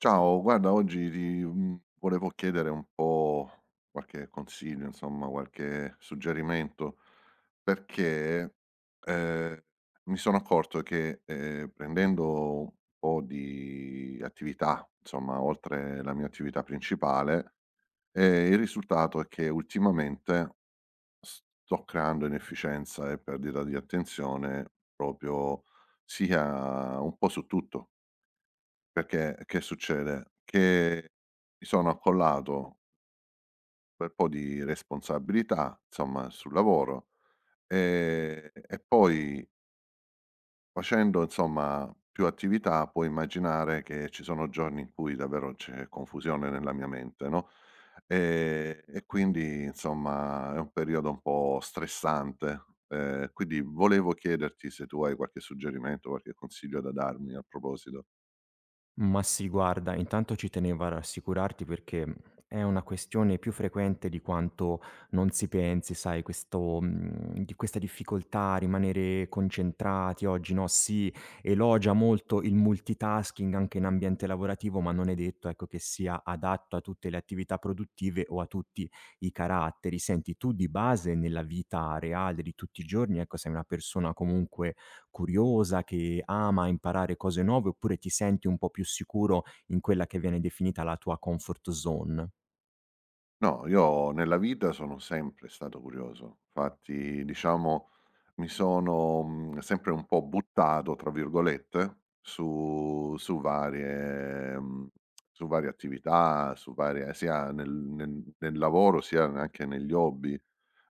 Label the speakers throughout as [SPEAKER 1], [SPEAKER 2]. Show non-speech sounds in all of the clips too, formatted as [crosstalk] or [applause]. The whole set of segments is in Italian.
[SPEAKER 1] Ciao, guarda volevo chiedere un po' qualche consiglio, insomma qualche suggerimento, perché, ehm, mi sono accorto che, prendendo un po' di attività, insomma oltre la mia attività principale, il risultato è che ultimamente sto creando inefficienza e perdita di attenzione proprio sia un po' su tutto. Perché che succede? Che mi sono accollato un bel po' di responsabilità, insomma, sul lavoro, e poi facendo, insomma, più attività puoi immaginare che ci sono giorni in cui davvero c'è confusione nella mia mente, no, ehm, e quindi insomma è un periodo un po' stressante. Quindi volevo chiederti se tu hai qualche suggerimento, qualche consiglio da darmi a proposito.
[SPEAKER 2] Ma sì, guarda, intanto ci tenevo a rassicurarti perché è una questione più frequente di quanto non si pensi, sai, di questa difficoltà a rimanere concentrati oggi, no, si elogia molto il multitasking anche in ambiente lavorativo, ma non è detto, ecco, che sia adatto a tutte le attività produttive o a tutti i caratteri. Senti, tu di base nella vita reale di tutti i giorni, ecco, sei una persona comunque curiosa, che ama imparare cose nuove, oppure ti senti un po' più sicuro in quella che viene definita la tua comfort zone?
[SPEAKER 1] No, io nella vita sono sempre stato curioso. Infatti, diciamo, mi sono, sempre un po' "buttato" tra virgolette su varie su varie attività, su varie sia nel lavoro, sia anche negli hobby.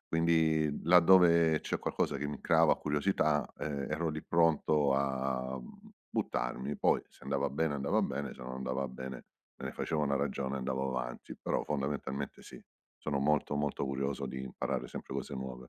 [SPEAKER 1] Quindi laddove c'è qualcosa che mi creava curiosità, ero lì pronto a, buttarmi. Poi se andava bene andava bene, se non andava bene me ne facevo una ragione e andavo avanti, però fondamentalmente sì, sono molto, molto curioso di imparare sempre cose nuove.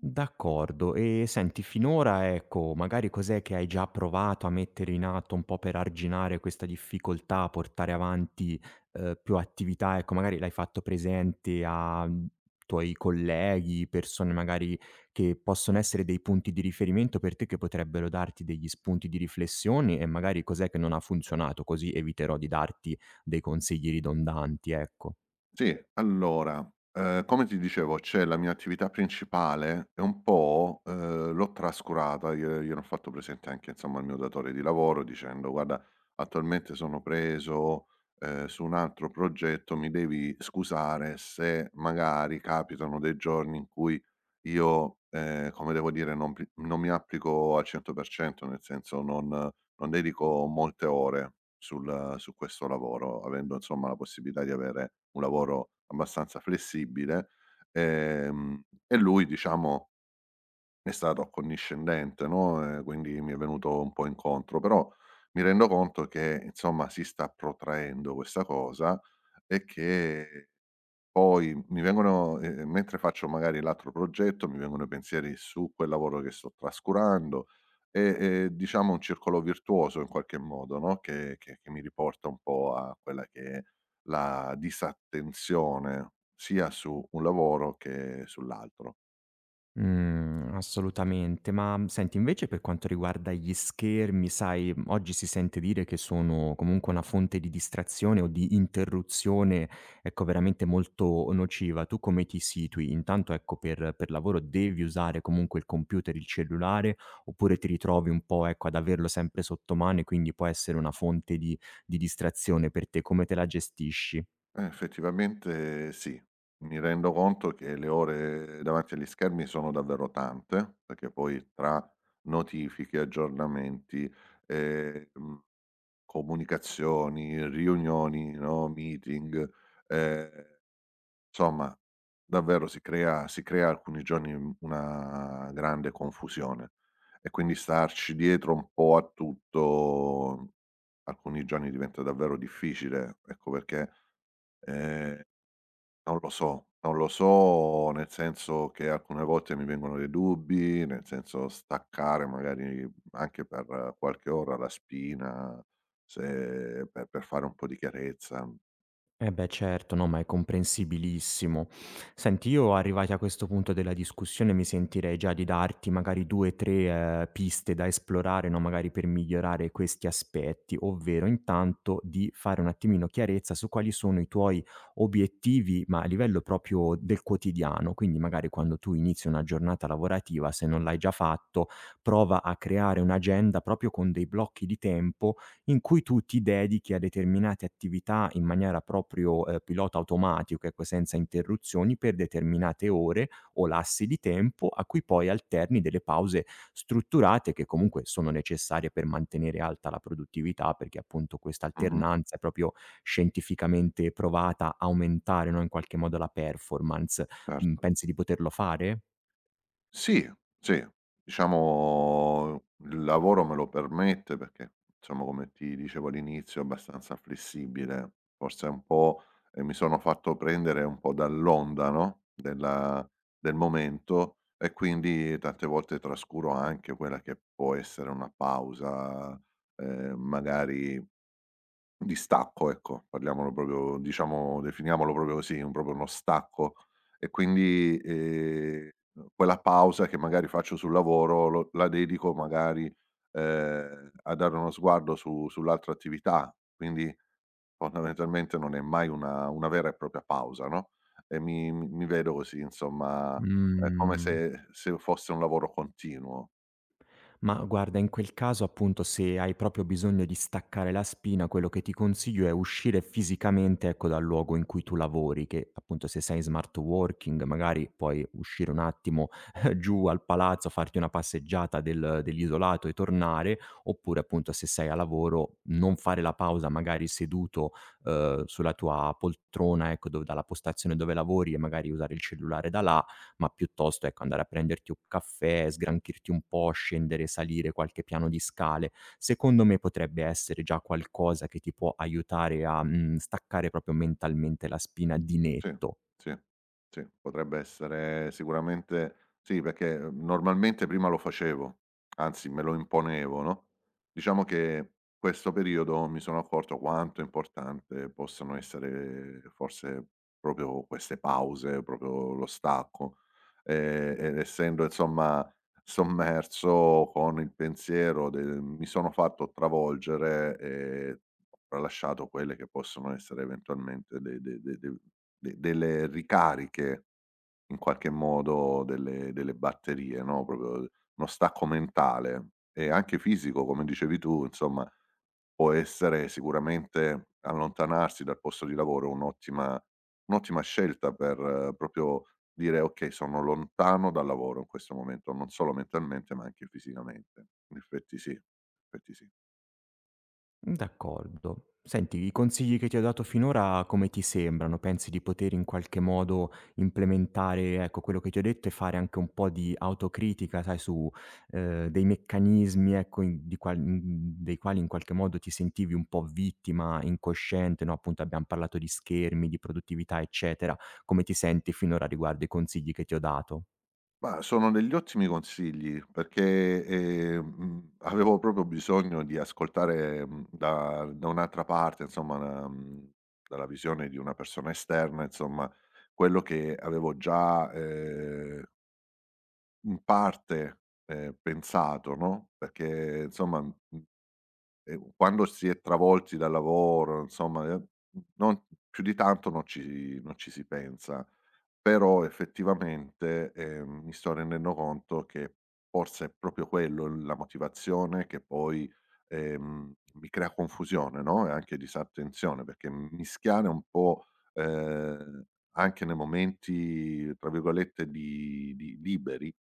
[SPEAKER 2] D'accordo. E senti, finora, ecco, magari cos'è che hai già provato a mettere in atto un po' per arginare questa difficoltà a portare avanti, più attività? Ecco, magari l'hai fatto presente a tuoi colleghi, persone magari che possono essere dei punti di riferimento per te, che potrebbero darti degli spunti di riflessione e magari cos'è che non ha funzionato, così eviterò di darti dei consigli ridondanti, ecco.
[SPEAKER 1] Sì, allora, come ti dicevo, c'è la mia attività principale e un po', l'ho trascurata, gliel'ho fatto presente anche insomma al mio datore di lavoro dicendo: "Guarda, attualmente sono preso, su un altro progetto, mi devi scusare se magari capitano dei giorni in cui io, come devo dire, non mi applico al 100%, nel senso non dedico molte ore sul su questo lavoro, avendo insomma la possibilità di avere un lavoro abbastanza flessibile, e lui diciamo è stato accondiscendente, no, quindi mi è venuto un po' incontro. Però mi rendo conto che, insomma, si sta protraendo questa cosa e che poi mi vengono mentre faccio magari l'altro progetto, mi vengono i pensieri su quel lavoro che sto trascurando e, diciamo un circolo virtuoso in qualche modo, no, che mi riporta un po' a quella che è la disattenzione sia su un lavoro che sull'altro.
[SPEAKER 2] Mhmm, assolutamente. Ma senti, invece per quanto riguarda gli schermi, sai, oggi si sente dire che sono comunque una fonte di distrazione o di interruzione, ecco, veramente molto nociva. Tu come ti situi? Intanto, ecco, per lavoro devi usare comunque il computer, il cellulare, oppure ti ritrovi un po', ecco, ad averlo sempre sotto mano e quindi può essere una fonte di distrazione per te? Come te la gestisci?
[SPEAKER 1] Effettivamente sì, mi rendo conto che le ore davanti agli schermi sono davvero tante, perché poi tra notifiche, aggiornamenti, ehm comunicazioni, riunioni, no, meeting, ehm, insomma davvero si crea alcuni giorni, una grande confusione e quindi starci dietro un po' a tutto alcuni giorni diventa davvero difficile, ecco perché, ehm non lo so, non lo so, nel senso che alcune volte mi vengono dei dubbi, nel senso staccare magari anche per qualche ora la spina, se per fare un po' di chiarezza.
[SPEAKER 2] Eh beh certo, no, ma è comprensibilissimo. Senti, io arrivati a questo punto della discussione mi sentirei già di darti magari 2, 3, piste da esplorare, no, magari per migliorare questi aspetti, ovvero intanto di fare un attimino chiarezza su quali sono i tuoi obiettivi, ma a livello proprio del quotidiano. Quindi magari quando tu inizi una giornata lavorativa, se non l'hai già fatto, prova a creare un'agenda proprio con dei blocchi di tempo in cui tu ti dedichi a determinate attività in maniera proprio pilota automatico, ecco, senza interruzioni per determinate ore o lassi di tempo, a cui poi alterni delle pause strutturate che comunque sono necessarie per mantenere alta la produttività, perché appunto questa
[SPEAKER 1] Mh-mh,
[SPEAKER 2] alternanza è proprio scientificamente provata a aumentare, no, in qualche modo la performance.
[SPEAKER 1] certo.
[SPEAKER 2] Pensi di poterlo fare?
[SPEAKER 1] Sì, sì. Diciamo il lavoro me lo permette perché, diciamo, come ti dicevo all'inizio, è abbastanza flessibile. Forse un po', mi sono fatto prendere un po' dall'onda, no, del momento e quindi tante volte trascuro anche quella che può essere una pausa, magari di stacco, ecco, parliamolo proprio diciamo definiamolo proprio così, un proprio uno stacco. E quindi, quella pausa che magari faccio sul lavoro lo la dedico magari, a dare uno sguardo su sull'altra attività, quindi fondamentalmente non è mai una vera e propria pausa, no, e mi vedo così insomma, è come
[SPEAKER 2] Mh.
[SPEAKER 1] se fosse un lavoro continuo.
[SPEAKER 2] Ma guarda, in quel caso appunto se hai proprio bisogno di staccare la spina, quello che ti consiglio è uscire fisicamente, ecco, dal luogo in cui tu lavori, che appunto se sei in smart working magari puoi uscire un attimo [laughs] giù al palazzo, farti una passeggiata del- dell'isolato e tornare, oppure appunto se sei a lavoro non fare la pausa magari seduto sulla tua poltrona, ecco, dove- dalla postazione dove lavori e magari usare il cellulare da là ma piuttosto, ecco, andare a prenderti un caffè, sgranchirti un po', scendere, salire qualche piano di scale, secondo me potrebbe essere già qualcosa che ti può aiutare a staccare proprio mentalmente la spina di
[SPEAKER 1] Sì,
[SPEAKER 2] netto.
[SPEAKER 1] sì, sì, potrebbe essere sicuramente sì, perché, normalmente prima lo facevo, anzi me lo imponevo, no, diciamo che questo periodo mi sono accorto quanto importante possano essere forse proprio queste pause, proprio lo stacco, ed essendo insomma sommerso con il pensiero del mi sono fatto travolgere e ho tralasciato quelle che possono essere eventualmente de de de de de delle ricariche, in qualche modo, delle batterie, no, proprio uno stacco mentale e anche fisico, come dicevi tu, insomma, può essere sicuramente allontanarsi dal posto di lavoro un'ottima scelta per proprio dire: "Okay, sono lontano dal lavoro in questo momento", non solo mentalmente, ma anche fisicamente. In effetti sì, in effetti sì.
[SPEAKER 2] D'accordo. Senti, i consigli che ti ho dato finora come ti sembrano? Pensi di poter in qualche modo implementare, ecco, quello che ti ho detto e fare anche un po' di autocritica, sai, su, dei meccanismi, ecco, in di qual mhmm, dei quali in qualche modo ti sentivi un po' vittima, incosciente, no, appunto abbiam parlato di schermi, di produttività, eccetera. Come ti senti finora riguardo i consigli che ti ho dato?
[SPEAKER 1] Ma sono degli ottimi consigli perché, avevo proprio bisogno di ascoltare, da un'altra parte, insomma, dalla visione di una persona esterna, insomma, quello che avevo già, in parte, pensato, no, perché insomma, quando si è travolti dal lavoro, insomma, non più di tanto non ci si pensa. Però effettivamente, mi sto rendendo conto che forse è proprio quello la motivazione che poi, mi crea confusione, no, e anche disattenzione, perché mischiare un po', ehm, anche nei momenti tra virgolette di "liberi"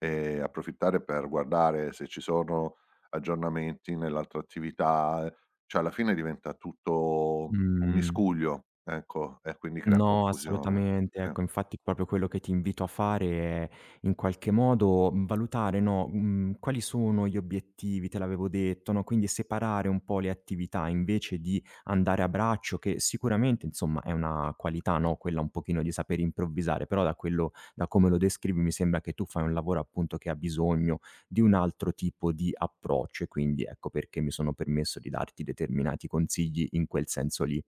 [SPEAKER 1] e approfittare per guardare se ci sono aggiornamenti nell'altra attività, cioè alla fine diventa tutto un
[SPEAKER 2] Mh.
[SPEAKER 1] miscuglio, ecco, e quindi crea
[SPEAKER 2] No,
[SPEAKER 1] confusione.
[SPEAKER 2] assolutamente.
[SPEAKER 1] Sì.
[SPEAKER 2] Ecco, infatti proprio quello che ti invito a fare è in qualche modo, valutare, no, quali sono gli obiettivi, te l'avevo detto, no, quindi separare un po' le attività invece di andare a braccio, che sicuramente insomma è una qualità, no, quella un pochino di saper improvvisare, però da quello da come lo descrivi mi sembra che tu fai un lavoro appunto che ha bisogno di un altro tipo di approccio e quindi ecco perché mi sono permesso di darti determinati consigli in quel senso lì.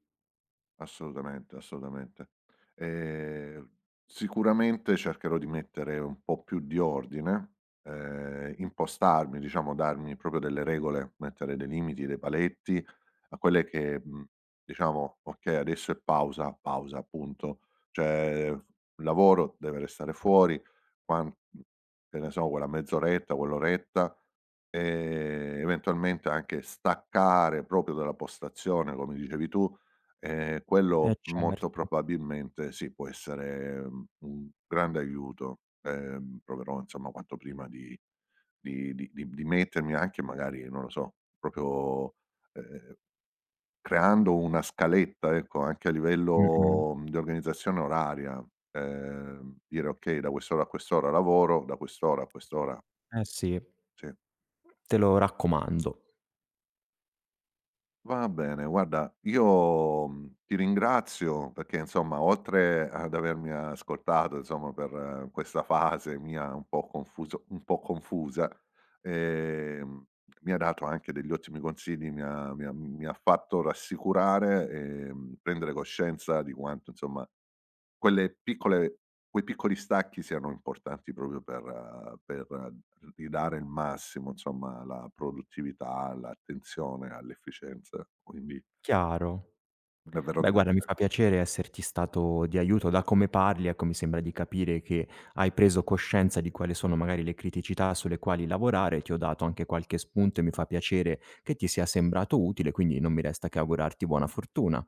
[SPEAKER 1] Assolutamente, assolutamente. Ehm, Sicuramente cercherò di mettere un po' più di ordine, impostarmi, diciamo, darmi proprio delle regole, mettere dei limiti, dei paletti a quelle che, diciamo: "Okay, adesso è pausa, pausa, punto." Cioè, il lavoro deve restare fuori, quan che ne so, quella mezz'oretta, quell'oretta, eventualmente anche staccare proprio dalla postazione, come dicevi tu. Quello
[SPEAKER 2] Eh certo.
[SPEAKER 1] molto probabilmente sì, può essere, un grande aiuto. Proverò insomma quanto prima di mettermi anche magari, non lo so, proprio, ehm, creando una scaletta, ecco, anche a
[SPEAKER 2] Mh-mh.
[SPEAKER 1] livello, di organizzazione oraria. Dire: "Okay, da quest'ora a quest'ora lavoro, da quest'ora a quest'ora",
[SPEAKER 2] Eh sì,
[SPEAKER 1] sì.
[SPEAKER 2] te lo raccomando.
[SPEAKER 1] Va bene, guarda, io, ti ringrazio perché insomma oltre ad avermi ascoltato insomma per questa fase mia un po' confuso un po' confusa, ehm, mi ha dato anche degli ottimi consigli, mi ha fatto rassicurare e, prendere coscienza di quanto insomma quelle piccole quei piccoli stacchi siano importanti proprio per ridare il massimo, insomma, alla produttività, all'attenzione, all'efficienza. Quindi
[SPEAKER 2] Chiaro.
[SPEAKER 1] davvero
[SPEAKER 2] Beh guarda, mi
[SPEAKER 1] grazie.
[SPEAKER 2] fa piacere esserti stato di aiuto. Da come parli, ecco, mi sembra di capire che hai preso coscienza di quali sono magari le criticità sulle quali lavorare, ti ho dato anche qualche spunto e mi fa piacere che ti sia sembrato utile, quindi non mi resta che augurarti buona fortuna.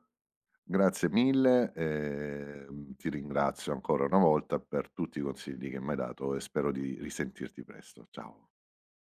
[SPEAKER 1] Grazie mille, ti ringrazio ancora una volta per tutti i consigli che m'hai dato e spero di risentirti presto. Ciao.